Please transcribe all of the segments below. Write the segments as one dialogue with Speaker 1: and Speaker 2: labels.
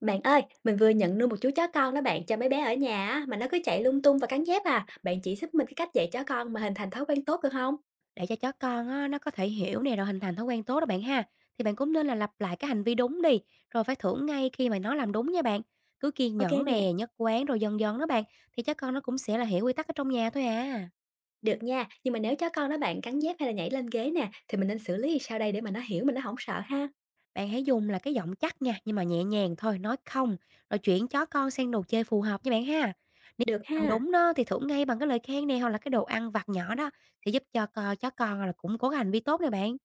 Speaker 1: Bạn ơi, mình vừa nhận nuôi một chú chó con đó bạn cho mấy bé ở nhà á, mà nó cứ chạy lung tung và cắn dép à. Bạn chỉ giúp mình cái cách dạy chó con mà hình thành thói quen tốt được không?
Speaker 2: Để cho chó con á, nó có thể hiểu nè, rồi hình thành thói quen tốt đó bạn ha, thì bạn cũng nên là lặp lại cái hành vi đúng đi, rồi phải thưởng ngay khi mà nó làm đúng nha bạn. Cứ kiên
Speaker 1: Ok
Speaker 2: nhẫn
Speaker 1: nè,
Speaker 2: nè, nhất quán rồi dần dần đó bạn, thì chó con nó cũng sẽ là hiểu quy tắc ở trong nhà thôi à.
Speaker 1: được nha. Nhưng mà nếu chó con đó bạn cắn dép hay là nhảy lên ghế nè, thì mình nên xử lý sao đây để mà nó hiểu mình nó không sợ ha?
Speaker 2: Bạn hãy dùng là cái giọng chắc nha, nhưng mà nhẹ nhàng thôi, nói không, rồi chuyển chó con sang đồ chơi phù hợp nha bạn ha. Nếu
Speaker 1: Được
Speaker 2: làm
Speaker 1: ha.
Speaker 2: đúng đó thì thưởng ngay bằng cái lời khen nè, hoặc là cái đồ ăn vặt nhỏ đó, thì giúp cho chó con là củng cố cái hành vi tốt nè bạn.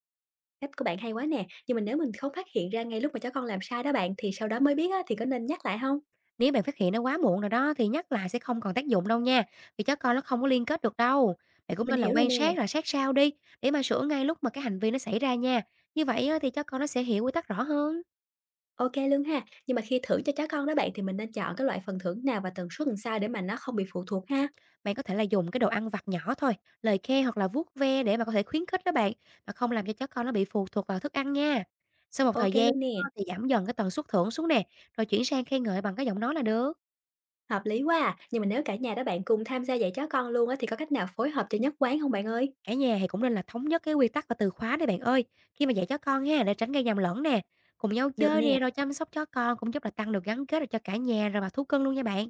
Speaker 1: Cách của bạn hay quá nè. Nhưng mà nếu mình không phát hiện ra ngay lúc mà chó con làm sai đó bạn, thì sau đó mới biết á, thì có nên nhắc lại không?
Speaker 2: Nếu bạn phát hiện nó quá muộn rồi đó thì nhắc lại sẽ không còn tác dụng đâu nha, vì chó con nó không có liên kết được đâu. Bạn cũng
Speaker 1: Mình
Speaker 2: nên là
Speaker 1: hiểu rồi
Speaker 2: quan
Speaker 1: nè.
Speaker 2: sát là sát sao đi để mà sửa ngay lúc mà cái hành vi nó xảy ra nha. Như vậy á, thì chó con nó sẽ hiểu quy tắc rõ hơn.
Speaker 1: Ok luôn ha. Nhưng mà khi thưởng cho chó con đó bạn thì mình nên chọn cái loại phần thưởng nào và tần suất làm sao để mà nó không bị phụ thuộc ha?
Speaker 2: Bạn có thể là dùng cái đồ ăn vặt nhỏ thôi, lời khe hoặc là vuốt ve để mà có thể khuyến khích đó bạn, mà không làm cho chó con nó bị phụ thuộc vào thức ăn nha. Sau một
Speaker 1: Ok
Speaker 2: thời gian
Speaker 1: luôn nè.
Speaker 2: á, thì giảm dần cái tần suất thưởng xuống nè, rồi chuyển sang khen ngợi bằng cái giọng nói là được.
Speaker 1: Hợp lý quá à. Nhưng mà nếu cả nhà đó bạn cùng tham gia dạy chó con luôn á thì có cách nào phối hợp cho nhất quán không bạn ơi?
Speaker 2: Cả nhà thì cũng nên là thống nhất cái quy tắc và từ khóa đi bạn ơi, khi mà dạy chó con ha, để tránh gây nhầm lẫn nè. Cùng nhau
Speaker 1: Được
Speaker 2: chơi nè,
Speaker 1: nè,
Speaker 2: rồi chăm sóc chó con cũng giúp là tăng được gắn kết rồi cho cả nhà rồi và thú cưng luôn nha bạn.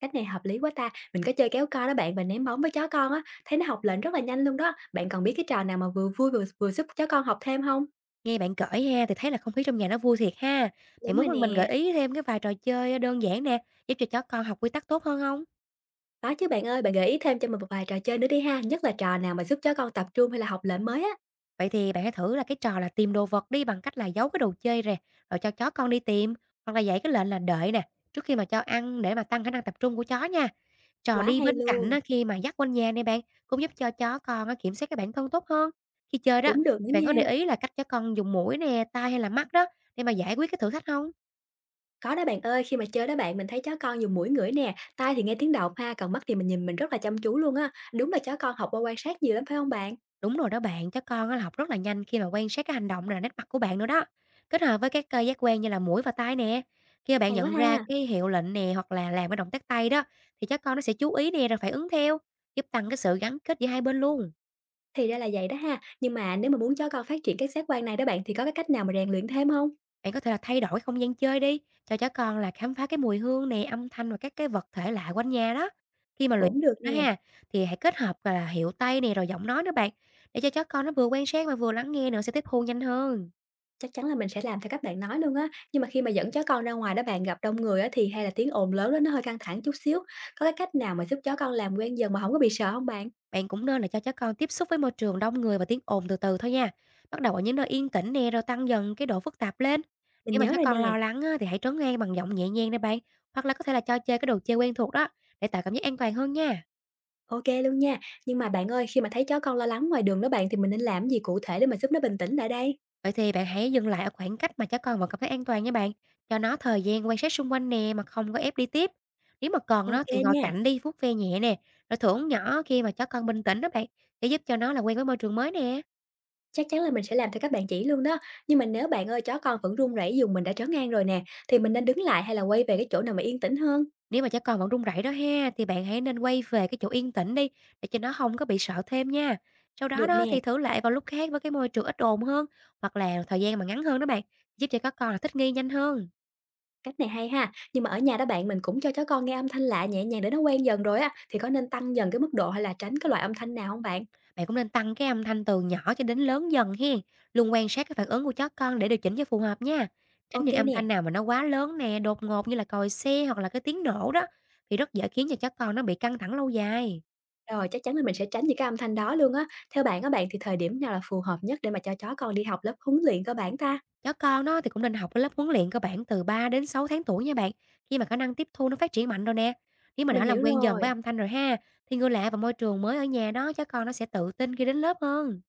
Speaker 1: cách này hợp lý quá ta. Mình có chơi kéo co đó bạn và ném bóng với chó con á, thấy nó học lệnh rất là nhanh luôn đó. Bạn còn biết cái trò nào mà vừa vui vừa vừa giúp chó con học thêm không?
Speaker 2: Nghe bạn kể ha thì thấy là không khí trong nhà nó vui thiệt ha. Bạn
Speaker 1: Đúng rồi
Speaker 2: muốn là mình gợi
Speaker 1: nè.
Speaker 2: ý thêm cái vài trò chơi đơn giản nè, giúp cho chó con học quy tắc tốt hơn không?
Speaker 1: Có chứ bạn ơi, bạn gợi ý thêm cho mình một vài trò chơi nữa đi ha, nhất là trò nào mà giúp chó con tập trung hay là học lệnh mới á.
Speaker 2: Vậy thì bạn hãy thử là cái trò là tìm đồ vật đi bằng cách là giấu cái đồ chơi nè, rồi cho chó con đi tìm, hoặc là dạy cái lệnh là đợi nè, trước khi mà cho ăn để mà tăng khả năng tập trung của chó nha. Trò
Speaker 1: Quá
Speaker 2: đi
Speaker 1: hay
Speaker 2: bên cạnh
Speaker 1: luôn.
Speaker 2: á, khi mà dắt quanh nhà nè bạn, cũng giúp cho chó con á, kiểm soát cái bản thân tốt hơn. Khi chơi đó,
Speaker 1: Cũng được nữa
Speaker 2: thì bạn có để
Speaker 1: nha.
Speaker 2: ý là cách chó con dùng mũi nè, tai hay là mắt đó để mà giải quyết cái thử thách không?
Speaker 1: Có đó bạn ơi, khi mà chơi đó bạn, mình thấy chó con dùng mũi ngửi nè, tai thì nghe tiếng động ha, còn mắt thì mình nhìn mình rất là chăm chú luôn á. Đúng là chó con học qua quan sát nhiều lắm phải không bạn?
Speaker 2: Đúng rồi đó bạn, chó con á, là học rất là nhanh khi mà quan sát cái hành động nè, nét mặt của bạn nữa đó. Kết hợp với các cơ giác quan như là mũi và tai nè, khi mà bạn
Speaker 1: Hay quá
Speaker 2: nhận ra
Speaker 1: ha.
Speaker 2: cái hiệu lệnh nè hoặc là làm cái động tác tay đó, thì chó con nó sẽ chú ý nè rồi phải ứng theo, giúp tăng cái sự gắn kết giữa hai bên luôn.
Speaker 1: Thì ra là vậy đó ha. Nhưng mà nếu muốn chó con phát triển các giác quan này đó bạn thì có cái cách nào mà rèn luyện thêm không?
Speaker 2: Bạn có thể là thay đổi không gian chơi đi, cho chó con là khám phá cái mùi hương nè, âm thanh và các cái vật thể lạ quanh nhà đó. Khi mà luyện
Speaker 1: Cũng được
Speaker 2: nó
Speaker 1: nè.
Speaker 2: ha, thì hãy kết hợp là hiệu tay nè rồi giọng nói nữa bạn, để cho chó con nó vừa quan sát mà vừa lắng nghe nữa sẽ tiếp thu nhanh hơn.
Speaker 1: Chắc chắn là mình sẽ làm theo các bạn nói luôn á. Nhưng mà khi mà dẫn chó con ra ngoài đó bạn gặp đông người á thì hay là tiếng ồn lớn đó nó hơi căng thẳng chút xíu. Có cái cách nào mà giúp chó con làm quen dần mà không có bị sợ không bạn?
Speaker 2: Bạn cũng nên là cho chó con tiếp xúc với môi trường đông người và tiếng ồn từ từ thôi nha. Bắt đầu ở những nơi yên tĩnh nè rồi tăng dần cái độ phức tạp lên.
Speaker 1: Mình
Speaker 2: Nếu mà
Speaker 1: nhớ
Speaker 2: chó
Speaker 1: rồi nè.
Speaker 2: con lo lắng á, thì hãy trấn an bằng giọng nhẹ nhàng nè bạn, hoặc là có thể là cho chơi cái đồ chơi quen thuộc đó để tạo cảm giác an toàn hơn nha.
Speaker 1: OK luôn nha. Nhưng mà bạn ơi, khi mà thấy chó con lo lắng ngoài đường đó bạn, thì mình nên làm gì cụ thể để mà giúp nó bình tĩnh lại đây?
Speaker 2: Vậy thì bạn hãy dừng lại ở khoảng cách mà chó con vẫn cảm thấy an toàn nha bạn, cho nó thời gian quan sát xung quanh nè mà không có ép đi tiếp. Nếu mà còn đó
Speaker 1: OK
Speaker 2: thì ngồi
Speaker 1: nha,
Speaker 2: cạnh đi, vuốt ve nhẹ nè, rồi thưởng nhỏ khi mà chó con bình tĩnh đó bạn, để giúp cho nó là quen với môi trường mới nè.
Speaker 1: chắc chắn là mình sẽ làm theo các bạn chỉ luôn đó. Nhưng mà nếu bạn ơi, chó con vẫn run rẩy dù mình đã trấn an rồi nè, thì mình nên đứng lại hay là quay về cái chỗ nào mà yên tĩnh hơn?
Speaker 2: Nếu mà chó con vẫn run rẩy đó ha, thì bạn hãy nên quay về cái chỗ yên tĩnh đi, để cho nó không có bị sợ thêm nha. Sau đó
Speaker 1: Được
Speaker 2: đó
Speaker 1: nè,
Speaker 2: thì thử lại vào lúc khác với cái môi trường ít ồn hơn, hoặc là thời gian mà ngắn hơn đó bạn, giúp cho các con là thích nghi nhanh hơn.
Speaker 1: cách này hay ha. Nhưng mà ở nhà đó bạn, mình cũng cho chó con nghe âm thanh lạ nhẹ nhàng để nó quen dần rồi á, thì có nên tăng dần cái mức độ hay là tránh cái loại âm thanh nào không bạn?
Speaker 2: Bạn cũng nên tăng cái âm thanh từ nhỏ cho đến lớn dần hen, luôn quan sát cái phản ứng của chó con để điều chỉnh cho phù hợp nha. Tránh những
Speaker 1: OK
Speaker 2: âm
Speaker 1: nè.
Speaker 2: thanh nào mà nó quá lớn nè, đột ngột như là còi xe hoặc là cái tiếng nổ đó thì rất dễ khiến cho chó con nó bị căng thẳng lâu dài.
Speaker 1: Rồi, chắc chắn là mình sẽ tránh những cái âm thanh đó luôn á. Theo bạn các bạn, thì thời điểm nào là phù hợp nhất để mà cho chó con đi học lớp huấn luyện cơ bản ta?
Speaker 2: Chó con nó thì cũng nên học cái lớp huấn luyện cơ bản từ 3 đến 6 tháng tuổi nha bạn, khi mà khả năng tiếp thu nó phát triển mạnh rồi nè. Nếu mà
Speaker 1: Mình
Speaker 2: đã làm
Speaker 1: hiểu
Speaker 2: quen dần với
Speaker 1: rồi,
Speaker 2: âm thanh rồi ha, thì người lạ và môi trường mới ở nhà đó chó con nó sẽ tự tin khi đến lớp hơn.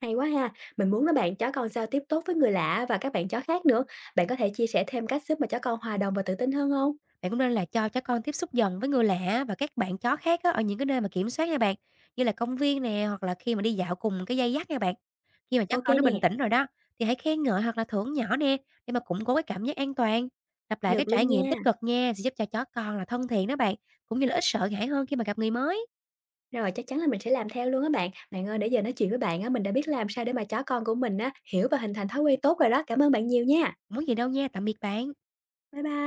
Speaker 1: hay quá ha. Mình muốn là bạn chó con giao tiếp tốt với người lạ và các bạn chó khác nữa. Bạn có thể chia sẻ thêm cách giúp mà chó con hòa đồng và tự tin hơn không?
Speaker 2: Bạn cũng nên là cho chó con tiếp xúc dần với người lạ và các bạn chó khác á, ở những cái nơi mà kiểm soát nha bạn, như là công viên nè, hoặc là khi mà đi dạo cùng cái dây dắt nha bạn. Khi mà chó
Speaker 1: Ok
Speaker 2: con nó
Speaker 1: nè,
Speaker 2: bình tĩnh rồi đó, thì hãy khen ngợi hoặc là thưởng nhỏ nè, để mà củng cố cái cảm giác an toàn. Lặp lại
Speaker 1: được
Speaker 2: cái
Speaker 1: luôn
Speaker 2: trải nghiệm
Speaker 1: nha.
Speaker 2: tích cực nha, sẽ giúp cho chó con là thân thiện đó bạn, cũng như là ít sợ hãi hơn khi mà gặp người mới.
Speaker 1: Rồi, chắc chắn là mình sẽ làm theo luôn á bạn. Bạn ơi, nãy giờ nói chuyện với bạn á, mình đã biết làm sao để mà chó con của mình á, hiểu và hình thành thói quen tốt rồi đó. Cảm ơn bạn nhiều nha.
Speaker 2: Muốn gì đâu nha, tạm biệt bạn.
Speaker 1: Bye bye.